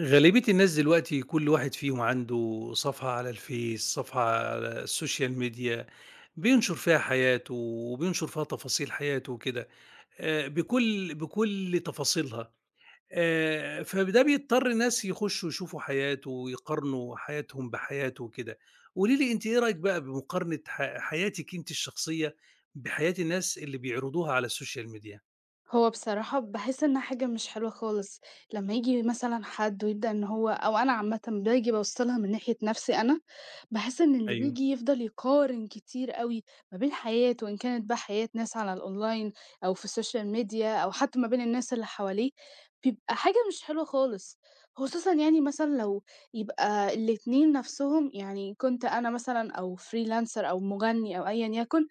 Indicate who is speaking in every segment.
Speaker 1: غالبية الناس دلوقتي كل واحد فيهم عنده صفحة على الفيس، صفحة على السوشيال ميديا، بينشر فيها حياته وبينشر فيها تفاصيل حياته وكده، بكل تفاصيلها، فده بيضطر الناس يخشوا يشوفوا حياته ويقارنوا حياتهم بحياته وكده. قولي لي أنتِ إيه رأيِك بقى بمقارنة حياتِك أنتِ الشخصية بحياة الناس اللي بيعرضوها على السوشيال ميديا؟
Speaker 2: هو بصراحة باحس إنها حاجة مش حلوة خالص، لمّا ييجي مثلًا حد ويبدأ إن هو أو أنا عامةً باجي باوصّلها من ناحية نَفْسي أنا، باحس إن اللي
Speaker 1: أيوه،
Speaker 2: بييجي يفضل يقارن كتير أوي ما بين حياته وإن كانت بقى حياة ناس على الأونلاين أو في السوشيال ميديا أو حتى ما بين الناس اللي حواليه، بيبقى حاجة مش حلوة خالص، خصوصًا يعني مثلًا لو يبقى الاتنين نَفْسهم يعني كنت أنا مثلًا أو freelancer أو مغني أو أيًا يكن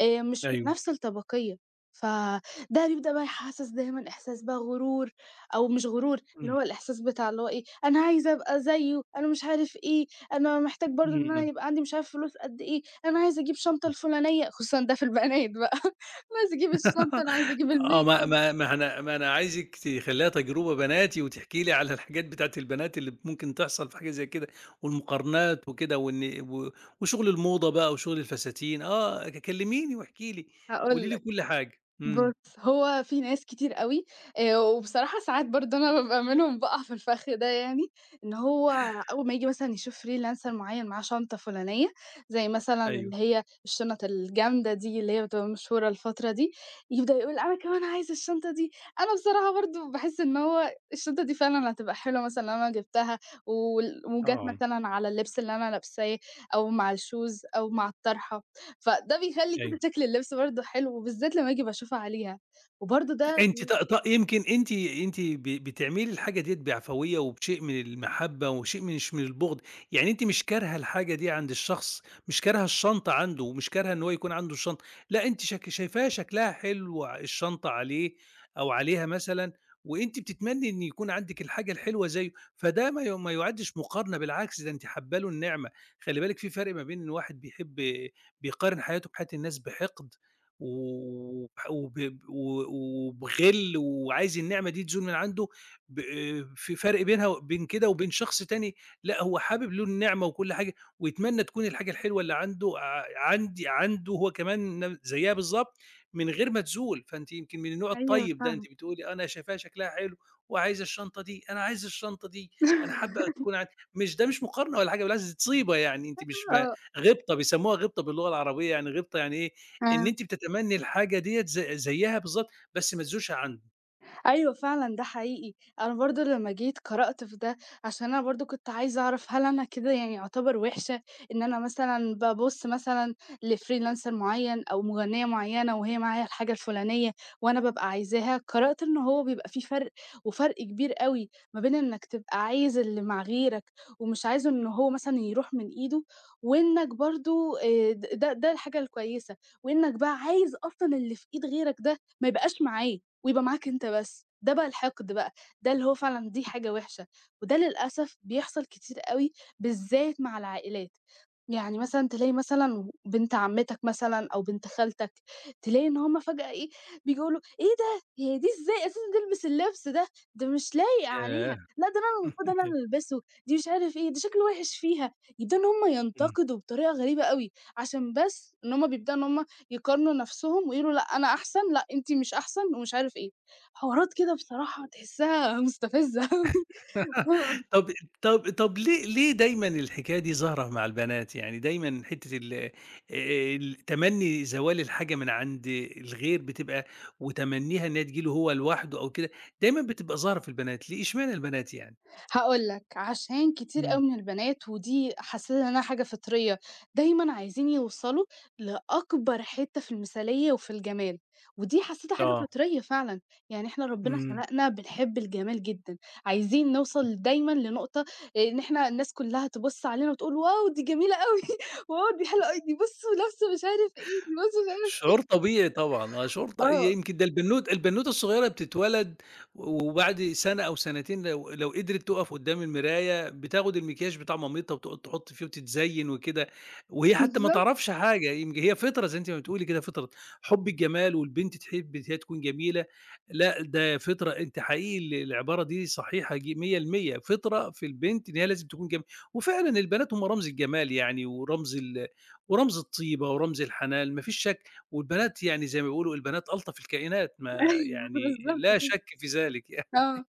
Speaker 2: مش من
Speaker 1: أيوه.
Speaker 2: نفس الطبقية، فده بيبدأ بقى يحسّس دايمًا إحساس بقى غرور أو مش غرور، اللي
Speaker 1: إمم،
Speaker 2: هو الإحساس بتاع اللي هو إيه، أنا عايز أبقى زيّه، أنا مش عارف إيه، أنا محتاج برضه
Speaker 1: إمم،
Speaker 2: إن أنا
Speaker 1: إمم.
Speaker 2: يبقى عندي مش عارف فلوس قد إيه، أنا عايز أجيب شنطة الفُلانية، خصوصًا ده في البنات بقى، أنا عايز أجيب الشنطة، أنا عايز أجيب
Speaker 1: آه، ما
Speaker 2: الmakeup
Speaker 1: ما ما أنا ما أنا عايزِك تخلّيها تجربة بناتي وتحكي لي على الحاجات بتاعة البنات اللي ممكن تحصل في حاجة زي كده، والمقارنات وكده وإن و وشغل الموضة بقى وشغل الفساتين، آه، كلميني واحكي لي،
Speaker 2: هاقول
Speaker 1: قولي لي
Speaker 2: لك.
Speaker 1: كل حاجة. إمم،
Speaker 2: بُص، هو في ناس كتير أوي وبصراحة ساعات برضه أنا بابقى منهم باقع في الفخ ده يعني، إن هو أول ما ييجي مثلًا يشوف freelancer معيّن معاه شنطة فلانية، زي مثلًا
Speaker 1: أيوه،
Speaker 2: اللي هي الشنط الجامدة دي اللي هي بتبقى مشهورة الفترة دي، يبدأ يقول أنا كمان عايز الشنطة دي، أنا بصراحة برضه باحس إن هو الشنطة دي فعلًا هتبقى حلوة مثلًا لو أنا جِبتها وجات
Speaker 1: آه،
Speaker 2: مثلًا على اللبس اللي أنا لابساه أو مع الshoes أو مع الطرحة. فده بيخلّي كده
Speaker 1: أيوه.
Speaker 2: شكل اللبس برضه حلو، وبالذات لمّا آجي باشوفها عليها، وبرضه ده
Speaker 1: أنتِ ط ط يمكن أنتِ بتعملي الحاجة ديّة بعفوية وبشيء من المحبة وشيء مش من البُغض، يعني أنتِ مش كارهة الحاجة دي عند الشخص، مش كارهة الشنطة عنده ومش كارهة إن هو يكون عنده الشنطة، لأ أنتِ شايفاها شكلها حلو ع الشنطة عليه أو عليها مثلًا، وأنتِ بتتمني إن يكون عندِك الحاجة الحلوة زيه، فده ما يُعدّش مقارنة، بالعكس ده أنتِ حابة له النعمة. خلّي بالِك في فرق ما بين الواحد بيحب بيقارن حياته بحياة الناس بحقد وبح وب و وبغِل وعايز النعمة دي تزول من عنده، ب في فرق بينها وبين كده، وبين شخص تاني لأ، هو حابب له النعمة وكل حاجة ويتمنى تكون الحاجة الحلوة اللي عنده ع عندي عنده هو كمان زيّها بالضبط من غير ما تزول، فأنتِ يمكن من النوع
Speaker 2: أيوه
Speaker 1: الطيب ده،
Speaker 2: فعلًا.
Speaker 1: أنتِ بتقولي أنا شايفاها شكلها حلو وعايزة الشنطة دي، أنا عايز الشنطة دي، أنا حابة تكون عندي، مش ده مش مقارنة ولا حاجة، بالعكس دي طيبة يعني، أنتِ مش
Speaker 2: آه.
Speaker 1: غِبطة، بيسموها غِبطة باللغة العربية، يعني غِبطة يعني إيه، إن
Speaker 2: آه.
Speaker 1: أنتِ بتتمنّي الحاجة ديّة زيّها بالضبط، بس ما تزورش عنده.
Speaker 2: أيوه فعلًا ده حقيقي، أنا برضه لمّا جيت قرأت في ده، عشان أنا برضه كنت عايزة أعرف هل أنا كده يعني أعتبر وِحشة، إن أنا مثلًا بابُص مثلًا لfreelancer معيّن أو مغنية معيّنة وهي معاها الحاجة الفلانية وأنا بابقى عايزاها، قرأت إن هو بيبقى في فرق وفرق كبير أوي ما بين إنك تبقى عايز اللي مع غيرك ومش عايزه إن هو مثلًا يروح من إيده، وإنك برضه د ده ده الحاجة الكويسة، وإنك بقى عايز أصلًا اللي في إيد غيرك ده ما يبقاش معاه. ويبقى معاك أنت بس، ده بقى الحقد بقى، ده اللي هو فعلًا دي حاجة وِحشة، وده للأسف بيحصل كتير أوي بالذات مع العائلات. يعني مثلًا تلاقي مثلًا بنت عمتك مثلًا أو بنت خالتك، تلاقي إن هُم فجأة إيه، بييجوا يقولوا إيه ده، هي دي إزاي أساسًا تلبس اللبس ده، ده مش لايق
Speaker 1: ياه!
Speaker 2: عليها، لأ ده أنا المفروض أنا اللي ألبسه، دي مش عارف إيه، ده شكله وِحِش فيها، يبدأوا إن هُم
Speaker 1: إمم.
Speaker 2: ينتقدوا بطريقة غريبة أوي، عشان بس إن هُم بيبدأوا إن هُم يقارنوا نفسهم ويقولوا لأ أنا أحسن، لأ أنتِ مش أحسن ومش عارف إيه، حوارات كده بصراحة تحسها مستفزة أوي.
Speaker 1: طب طب ليه دايمًا الحكاية دي ظاهرة مع البنات؟ يعني دايمًا حتّة ال التمنّي زوال الحاجة من عند الغير بتبقى، وتمنّيها إن هي تيجي له هو لوحده أو كده، دايمًا بتبقى ظاهرة في البنات، ليه اشمعنى البنات يعني؟
Speaker 2: هاقول لك، عشان كتير
Speaker 1: إمم.
Speaker 2: أوي من البنات ودي حاسّة إنها حاجة فطرية، دايمًا عايزين يوصلوا لأكبر حتّة في المثالية وفي الجمال، ودي حسّيتها حاجة
Speaker 1: آه.
Speaker 2: فطرية فعلًا، يعني إحنا ربنا
Speaker 1: إمم.
Speaker 2: خلقنا بنحب الجمال جدًا، عايزين نوصل دايمًا لنقطة إن إحنا الناس كلّها تبُص علينا وتقول واو دي جميلة أوي، واو دي حلوة أوي، دي بُصّوا لابسة مش عارف إيه، دي بُصّوا مش عارف
Speaker 1: شعور طبيعي طبعًا، آه، شعور
Speaker 2: آه،
Speaker 1: يمكن ده البنوتة الصغيرة بتتولد وبعد سنة أو سنتين لو قدرت تُقف قدّام المراية بتاخد المكياج بتاع مامتها وتقعد تحط فيه وتتزين وكده، وهي حتى ما
Speaker 2: بالضبط
Speaker 1: تعرفش حاجة، يمكن هي فطرة زي أنتِ ما بتقولي كده فطرة، حُب الجمال والبنت تحب إن هي تكون جميلة، لأ ده فطرة أنتِ حقيقي العبارة دي صحيحة، 100% فطرة في البنت إن هي لازم تكون جميلة، وفعلًا البنات هم رمز الجمال، يعني ورمز الطيبة ورمز الحنان، ما فيش شك. والبنات يعني زي ما بيقولوا، البنات ألطف الكائنات، ما
Speaker 2: أيوه
Speaker 1: يعني
Speaker 2: بالضبط
Speaker 1: لا
Speaker 2: كده،
Speaker 1: شك في ذلك يعني.
Speaker 2: آه.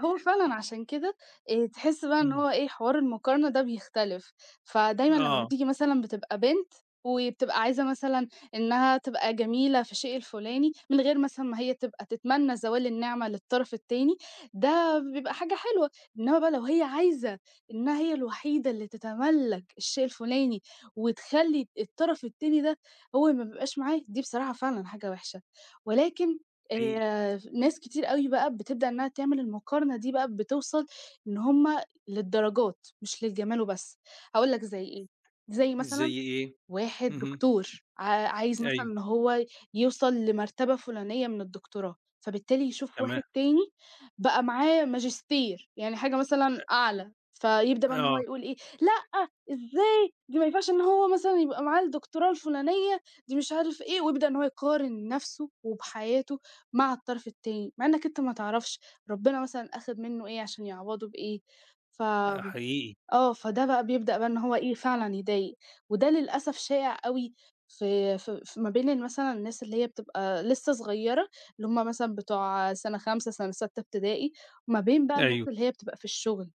Speaker 2: فهو فعلًا عشان كده تحس بقى إن
Speaker 1: إمم.
Speaker 2: هو إيه، حوار المقارنة ده بيختلف، فدايمًا لمّا
Speaker 1: آه،
Speaker 2: بتيجي مثلًا بتبقى بنت وبتبقى عايزة مثلًا إنها تبقى جميلة في الشيء الفلاني، من غير مثلًا ما هي تبقى تتمنى زوال النعمة للطرف التاني، ده بيبقى حاجة حلوة، إنما بقى لو هي عايزة إنها هي الوحيدة اللي تتملّك الشيء الفلاني وتخلّي الطرف التاني ده هو ما بيبقاش معاه، دي بصراحة فعلًا حاجة وحشة، ولكن
Speaker 1: حقيقي.
Speaker 2: ناس كتير أوي بقى بتبدأ إنها تعمل المقارنة دي بقى بتوصل إن هُم للدرجات مش للجمال وبس، هاقول لك زي إيه، زي مثلًا
Speaker 1: زي إيه؟
Speaker 2: واحد
Speaker 1: اهم.
Speaker 2: دكتور عايز مثلًا
Speaker 1: أيوه،
Speaker 2: إن هو يوصل لمرتبة فلانية من الدكتوراه، فبالتالي يشوف
Speaker 1: تمام.
Speaker 2: واحد تاني بقى معاه ماجستير، يعني حاجة مثلًا أعلى، فيبدأ بقى إن هو
Speaker 1: آه،
Speaker 2: يقول إيه، لأ إزاي دي ما ينفعش إن هو مثلًا يبقى معاه الدكتوراه الفلانية، دي مش عارف إيه، ويبدأ إن هو يقارن نَفْسه وبحياته مع الطرف التاني، مع إنك أنت ما تعرفش ربنا مثلًا أخد منه إيه عشان يعوضه بإيه، ف
Speaker 1: آه، حقيقي.
Speaker 2: آه، فده بقى بيبدأ بقى إن هو إيه، فعلًا يضايق، وده للأسف شائع أوي في ما بين مثلًا الناس اللي هي بتبقى لسه صغيّرة، اللي هم مثلًا بتوع سنة 5، سنة 6 ابتدائي، وما بين بقى الناس
Speaker 1: أيوه،
Speaker 2: اللي هي بتبقى في الشغل،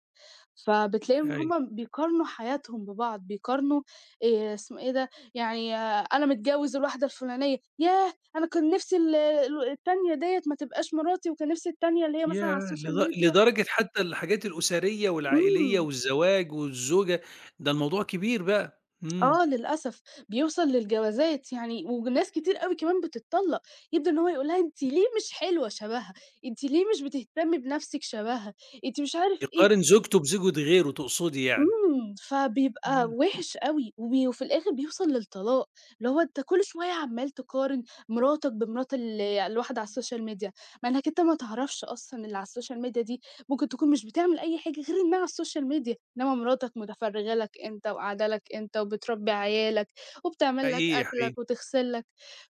Speaker 2: فبتلاقيهم إن
Speaker 1: أيوه.
Speaker 2: هم بيقارنوا حياتهم ببعض، بيقارنوا اسمه إيه ده، يعني آه، أنا متجوّز الواحدة الفلانية، ياه! أنا كان نِفْسي ال ال التانية ديّة ما تبقاش مراتي، وكان نِفْسي التانية اللي هي مثلًا
Speaker 1: ياه!
Speaker 2: على السوشيال ميديا
Speaker 1: لدرجة حتى الحاجات الأسرية والعائلية
Speaker 2: إمم.
Speaker 1: والزواج والزوجة، ده الموضوع كبير بقى. إمم.
Speaker 2: آه للأسف، بيوصل للجوازات يعني وناس كتير أوي كمان بتتطلّق، يبدأ إن هو يقول لها أنتِ ليه مش حلوة شبهها، أنتِ ليه مش بتهتمي بنَفْسِك شبهها، أنتِ مش عارف إيه،
Speaker 1: يقارن زوجته بزوجة غيره تقصدي يعني.
Speaker 2: إمم، فبيبقى
Speaker 1: إمم.
Speaker 2: وِحِش أوي، وفي الآخر بيوصل للطلاق، اللي هو أنت كل شوية عمّال تقارن مراتك بمرات الواحد على الSocial media، مع إنّك أنت ما تعرفش أصلًا اللي على الSocial media دي ممكن تكون مش بتعمل أي حاجة غير إنّها على الSocial media، إنّما مراتك متفرّغة لك أنت وقاعدة لك أنت وبتربّي عيالك وبتعمل لك
Speaker 1: حقيقي، حقيقي.
Speaker 2: أكلك وتغسل لك،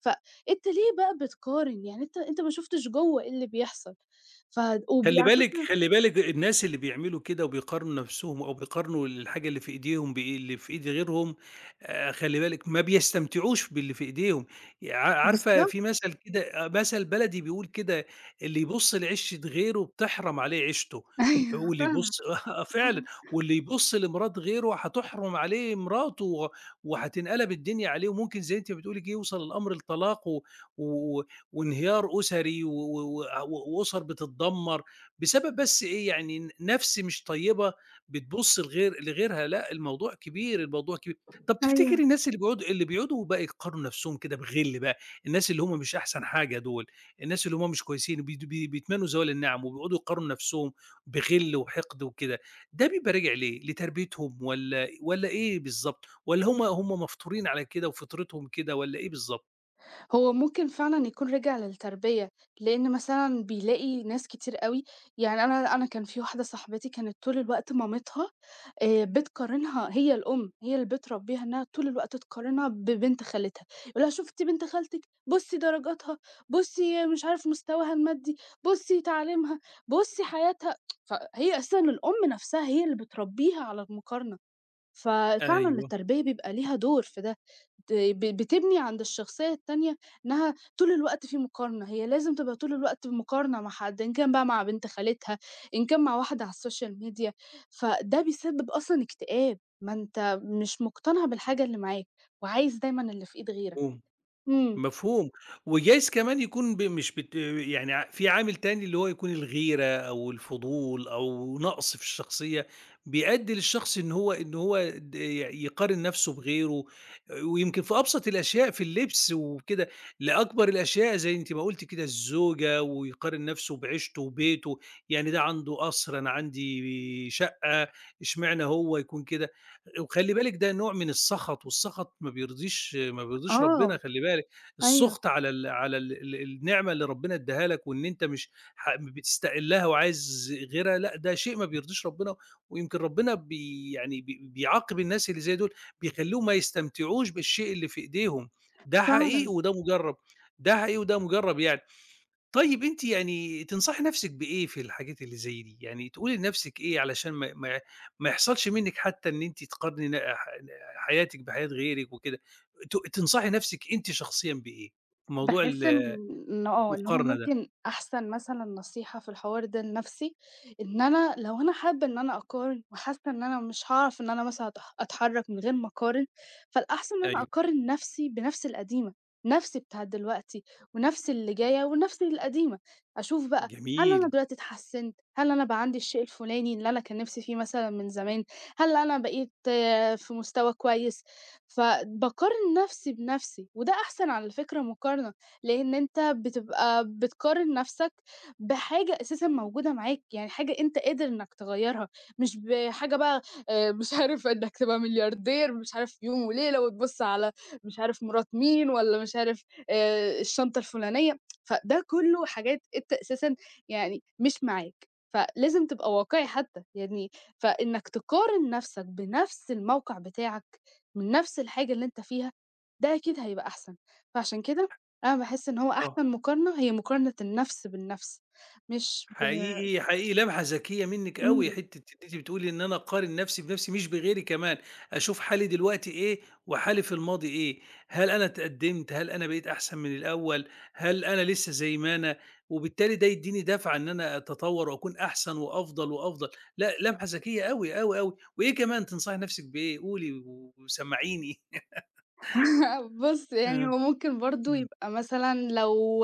Speaker 2: فأنت ليه بقى بتقارن؟ يعني أنت أنت ما شفتش جوّه إيه اللي بيحصل، ف وب على فكرة
Speaker 1: خلّي بالِك الناس اللي بيعملوا كده وبيقارنوا نَفْسهم أو بيقارنوا الحاجة اللي في إيديهم باللي في إيد غيرهم، خلّي بالِك ما بيستمتعوش باللي في إيديهم، ي ع عارفة
Speaker 2: بالضبط،
Speaker 1: في مَثَل كده، آه، مَثَل بلدي بيقول كده: "اللي يبُص لعِشّة غيره بتحرم عليه عيشته،
Speaker 2: أيوه
Speaker 1: واللي
Speaker 2: فعلًا،
Speaker 1: يبُص" آه فعلًا، "واللي يبُص لمرات غيره هتحرم عليه مراته و وهتنقلب الدنيا عليه." وممكن زي أنتِ بتقولي كده يوصل الأمر لطلاق و و وانهيار أُسَري، و و و وأُسَر بتتدمّر. بسبب بس إيه، يعني نَفْس مش طيبة بتبُص لغير لغيرها، لأ الموضوع كبير، الموضوع كبير. طَب تفتكر
Speaker 2: أيوه.
Speaker 1: الناس اللي بيقعدوا بقى يقارنوا نَفْسهم كده بغِل بقى، الناس اللي هم مش أحسن حاجة دول، الناس اللي هم مش كويسين بيد بي بيتمنّوا زوال النعم وبيقعدوا يقارنوا نَفْسهم بغِل وحِقد وكده، ده بيبقى راجع لإيه، لتربيتهم والّا إيه بالضبط، والّا هم مفطورين على كده وفطرتهم كده والّا إيه بالضبط؟
Speaker 2: هو ممكن فعلًا يكون رجع للتربية، لإن مثلًا بيلاقي ناس كتير أوي يعني أنا أنا كان في واحدة صاحبتي كانت طول الوقت مامتها بتقارنها هي الأم، هي اللي بتربيها إنها طول الوقت تقارنها ببنت خالتها، يقول لها: "شُفتِ بنت خالتِك، بُصّي درجاتها، بُصّي مش عارف مستواها المادي، بُصّي تعليمها، بُصّي حياتها." فهي أساسًا الأم نفسها هي اللي بتربيها على المقارنة. ففعلًا
Speaker 1: أيوه،
Speaker 2: التربية بيبقى ليها دور في ده، ت ب بتبني عند الشخصية التانية إنها طول الوقت في مقارنة، هي لازم تبقى طول الوقت بمقارنة مع حد، إن كان بقى مع بنت خالتها، إن كان مع واحدة على السوشيال ميديا، فده بيسبب أصلًا اكتئاب، ما أنت مش مقتنع بالحاجة اللي معاك، وعايز دايمًا اللي في إيد غيرك.
Speaker 1: إمم.
Speaker 2: إمم،
Speaker 1: مفهوم، وجايز كمان يكون ب مش بت يعني ع في عامل تاني اللي هو يكون الغيرة أو الفضول أو نقص في الشخصية، بيأدّي للشخص إن هو د ي يقارن نَفْسه بغيره، ويمكن في أبسط الأشياء في اللبس وكده، لأكبر الأشياء زي أنتِ ما قُلتِ كده الزوجة، ويقارن نَفْسه بعيشته وبيته، يعني ده عنده قصر أنا عندي شقة، اشمعنى هو يكون كده؟ وخلّي بالِك ده نوع من السَخَط، والسَخَط ما بيرضيش
Speaker 2: آه،
Speaker 1: ربنا، خلّي بالِك.
Speaker 2: أيوه
Speaker 1: السُخط على ال على ال ال النعمة اللي ربنا ادّاها لك وإن أنت مش بتستقلّها وعايز غيرها، لأ ده شيء ما بيرضيش ربنا، ويمكن ربنا بي يعني بي بيعاقب الناس اللي زي دول، بيخلّيهم ما يستمتعوش بالشيء اللي في إيديهم، ده حقيقي
Speaker 2: فعلًا.
Speaker 1: وده مُجرّب، ده حقيقي وده مُجرّب يعني. طيب أنتِ يعني تنصحي نَفْسِك بإيه في الحاجات اللي زي دي؟ يعني تقولي لنَفْسِك إيه علشان ما يحصلش منِّك حتى إن أنتِ تقارني ن ح حياتِك بحياة غيرِك وكده، تنصحي نَفْسِك أنتِ شخصيًا بإيه في موضوع
Speaker 2: باحس إن إن هو
Speaker 1: المقارنة ده؟
Speaker 2: ممكن أحسن مثلًا نصيحة في الحوار ده لنفسي، إن أنا لو أنا حابة إن أنا أقارن وحاسة إن أنا مش هاعرف إن أنا مثلًا أتحرّك من غير ما أقارن، فالأحسن إن أنا
Speaker 1: أيوه،
Speaker 2: أقارن نفسي بنفسي القديمة، نفسي بتاعة دلوقتي ونفسي اللي جاية ونفسي القديمة، أشوف بقى هل
Speaker 1: جميل،
Speaker 2: أنا دلوقتي اتحسّنت، هل أنا بقى عندي الشيء الفلاني اللي أنا كان نفسي فيه مثلًا من زمان، هل أنا بقيت آه، في مستوى كويس، فباقارن نفسي بنفسي، وده أحسن على فكرة مقارنة. لإن أنت بتبقى بتقارن نَفْسك بحاجة أساسًا موجودة معاك، يعني حاجة أنت قادر إنّك تغيّرها، مش بحاجة بقى مش عارف إنّك تبقى ملياردير مش عارف في يوم وليلة وتبُص على مش عارف مرات مين والّا مش عارف الشنطة الفلانية، فده كُلّه حاجات أنت أساسًا يعني مش معاك، فلازم تبقى واقعي حتّى، يعني فإنّك تقارن نَفْسك بنَفْس الموقع بتاعك من نَفْس الحاجة اللي أنت فيها، ده أكيد هيبقى أحسن، فعشان كده أنا باحس إن هو
Speaker 1: آه.
Speaker 2: أحسن مقارنة هي مقارنة النَفْس بالنَفْس، مش ب
Speaker 1: حقيقي، حقيقي لمحة ذكية منِّك أوي،
Speaker 2: إمم.
Speaker 1: حتّة إن أنتِ بتقولي إن أنا أقارن نَفْسي بنَفْسي مش بغيري كمان، أشوف حالي دلوقتي إيه وحالي في الماضي إيه، هل أنا اتقدّمت، هل أنا بقيت أحسن من الأول، هل أنا لسه زي ما أنا، وبالتالي ده يدّيني دَفعة إن أنا أتطوّر وأكون أحسن وأفضل، وأفضل، لأ لمحة ذكية أوي، أوي، أوي، وإيه كمان تنصحي نَفْسِك بإيه؟ قولي وسمّعيني.
Speaker 2: بُص، يعني
Speaker 1: آه،
Speaker 2: هو ممكن برضه
Speaker 1: إمم،
Speaker 2: يبقى مثلًا لو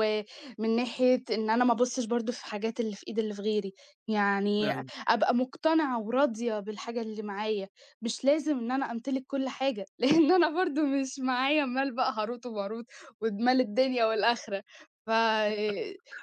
Speaker 2: من ناحية إن أنا ما أبُصّش برضه في حاجات اللي في إيد اللي في غيري، يعني
Speaker 1: أيوه،
Speaker 2: أبقى مقتنعة وراضية بالحاجة اللي معايا، مش لازم إن أنا أمتلك كل حاجة، لإن أنا برضه مش معايا مال بقى هاروت وماروت ودمال الدنيا والآخرة، ف هي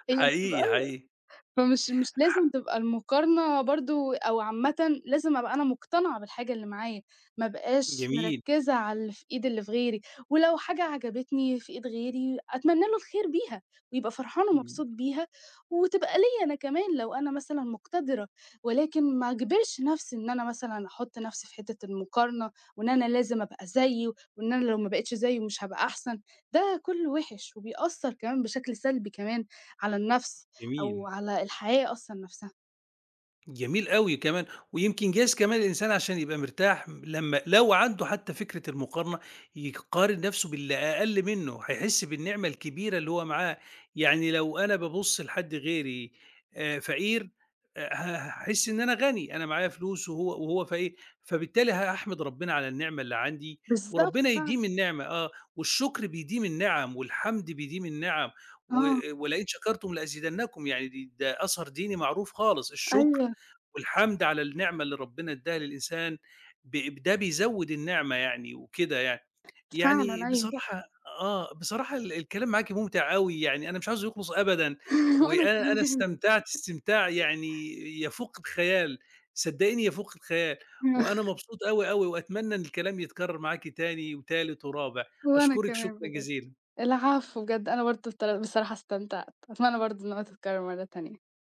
Speaker 2: بتبقى
Speaker 1: حقيقي، حقيقي،
Speaker 2: فمش مش
Speaker 1: ح
Speaker 2: لازم تبقى المقارنة برضه أو عامةً لازم أبقى أنا مقتنعة بالحاجة اللي معايا، ما ابقاش
Speaker 1: جميل،
Speaker 2: مركّزة على اللي في إيد اللي في غيري، ولو حاجة عجبتني في إيد غيري أتمنى له الخير بيها، ويبقى فرحان
Speaker 1: إمم،
Speaker 2: ومبسوط بيها، وتبقى ليّا أنا كمان لو أنا مثلًا مقتدرة، ولكن ما أجبرش نفسي إن أنا مثلًا أحط نفسي في حتّة المقارنة، وإن أنا لازم أبقى زيه، وإن أنا لو ما بقيتش زيه مش هابقى أحسن، ده كلّه وِحِش وبيأثّر كمان بشكل سلبي كمان على النفس. أو
Speaker 1: جميل.
Speaker 2: على الحياة أصلًا نفسها.
Speaker 1: جميل أوي كمان، ويمكن جايز كمان الإنسان عشان يبقى مرتاح لمّا لو عنده حتى فكرة المقارنة، يقارن نفسه باللي أقل منه، هيحس بالنعمة الكبيرة اللي هو معاها، يعني لو أنا بابُص لحد غيري فقير، ه هاحس إن أنا غني، أنا معايا فلوس وهو فقير، فبالتالي هاحمد ربنا على النعمة اللي عندي،
Speaker 2: بالضبط
Speaker 1: وربنا
Speaker 2: فعلًا،
Speaker 1: يديم النعمة آه، والشكر بيديم النِّعَم، والحمد بيديم النِّعَم، و
Speaker 2: آه،
Speaker 1: ولئن شكرتم لأزيدنكم، يعني ده أثر ديني معروف خالص، الشكر
Speaker 2: أيوه،
Speaker 1: والحمد على النعمة اللي ربنا ادّاها للإنسان ده بيزوّد النعمة يعني وكده يعني. يعني
Speaker 2: فعلًا أيوه،
Speaker 1: بصراحة آه، بصراحة الكلام معاكِ ممتع أوي، يعني أنا مش عاوزه يخلص أبدًا،
Speaker 2: وأنا
Speaker 1: وأنا
Speaker 2: كمان،
Speaker 1: استمتعت استمتاع يعني يفوق الخيال، صدّقيني يفوق الخيال، وأنا مبسوط أوي، أوي، وأتمنى إن الكلام يتكرر معاكِ تاني وتالت ورابع،
Speaker 2: وأنا
Speaker 1: أشكرِك
Speaker 2: كمان
Speaker 1: شكرًا
Speaker 2: بجد.
Speaker 1: جزيلًا.
Speaker 2: العفو بجد، أنا برضه بصراحة استمتعت، أتمنى برضه إنها تتكرر مرة تانية.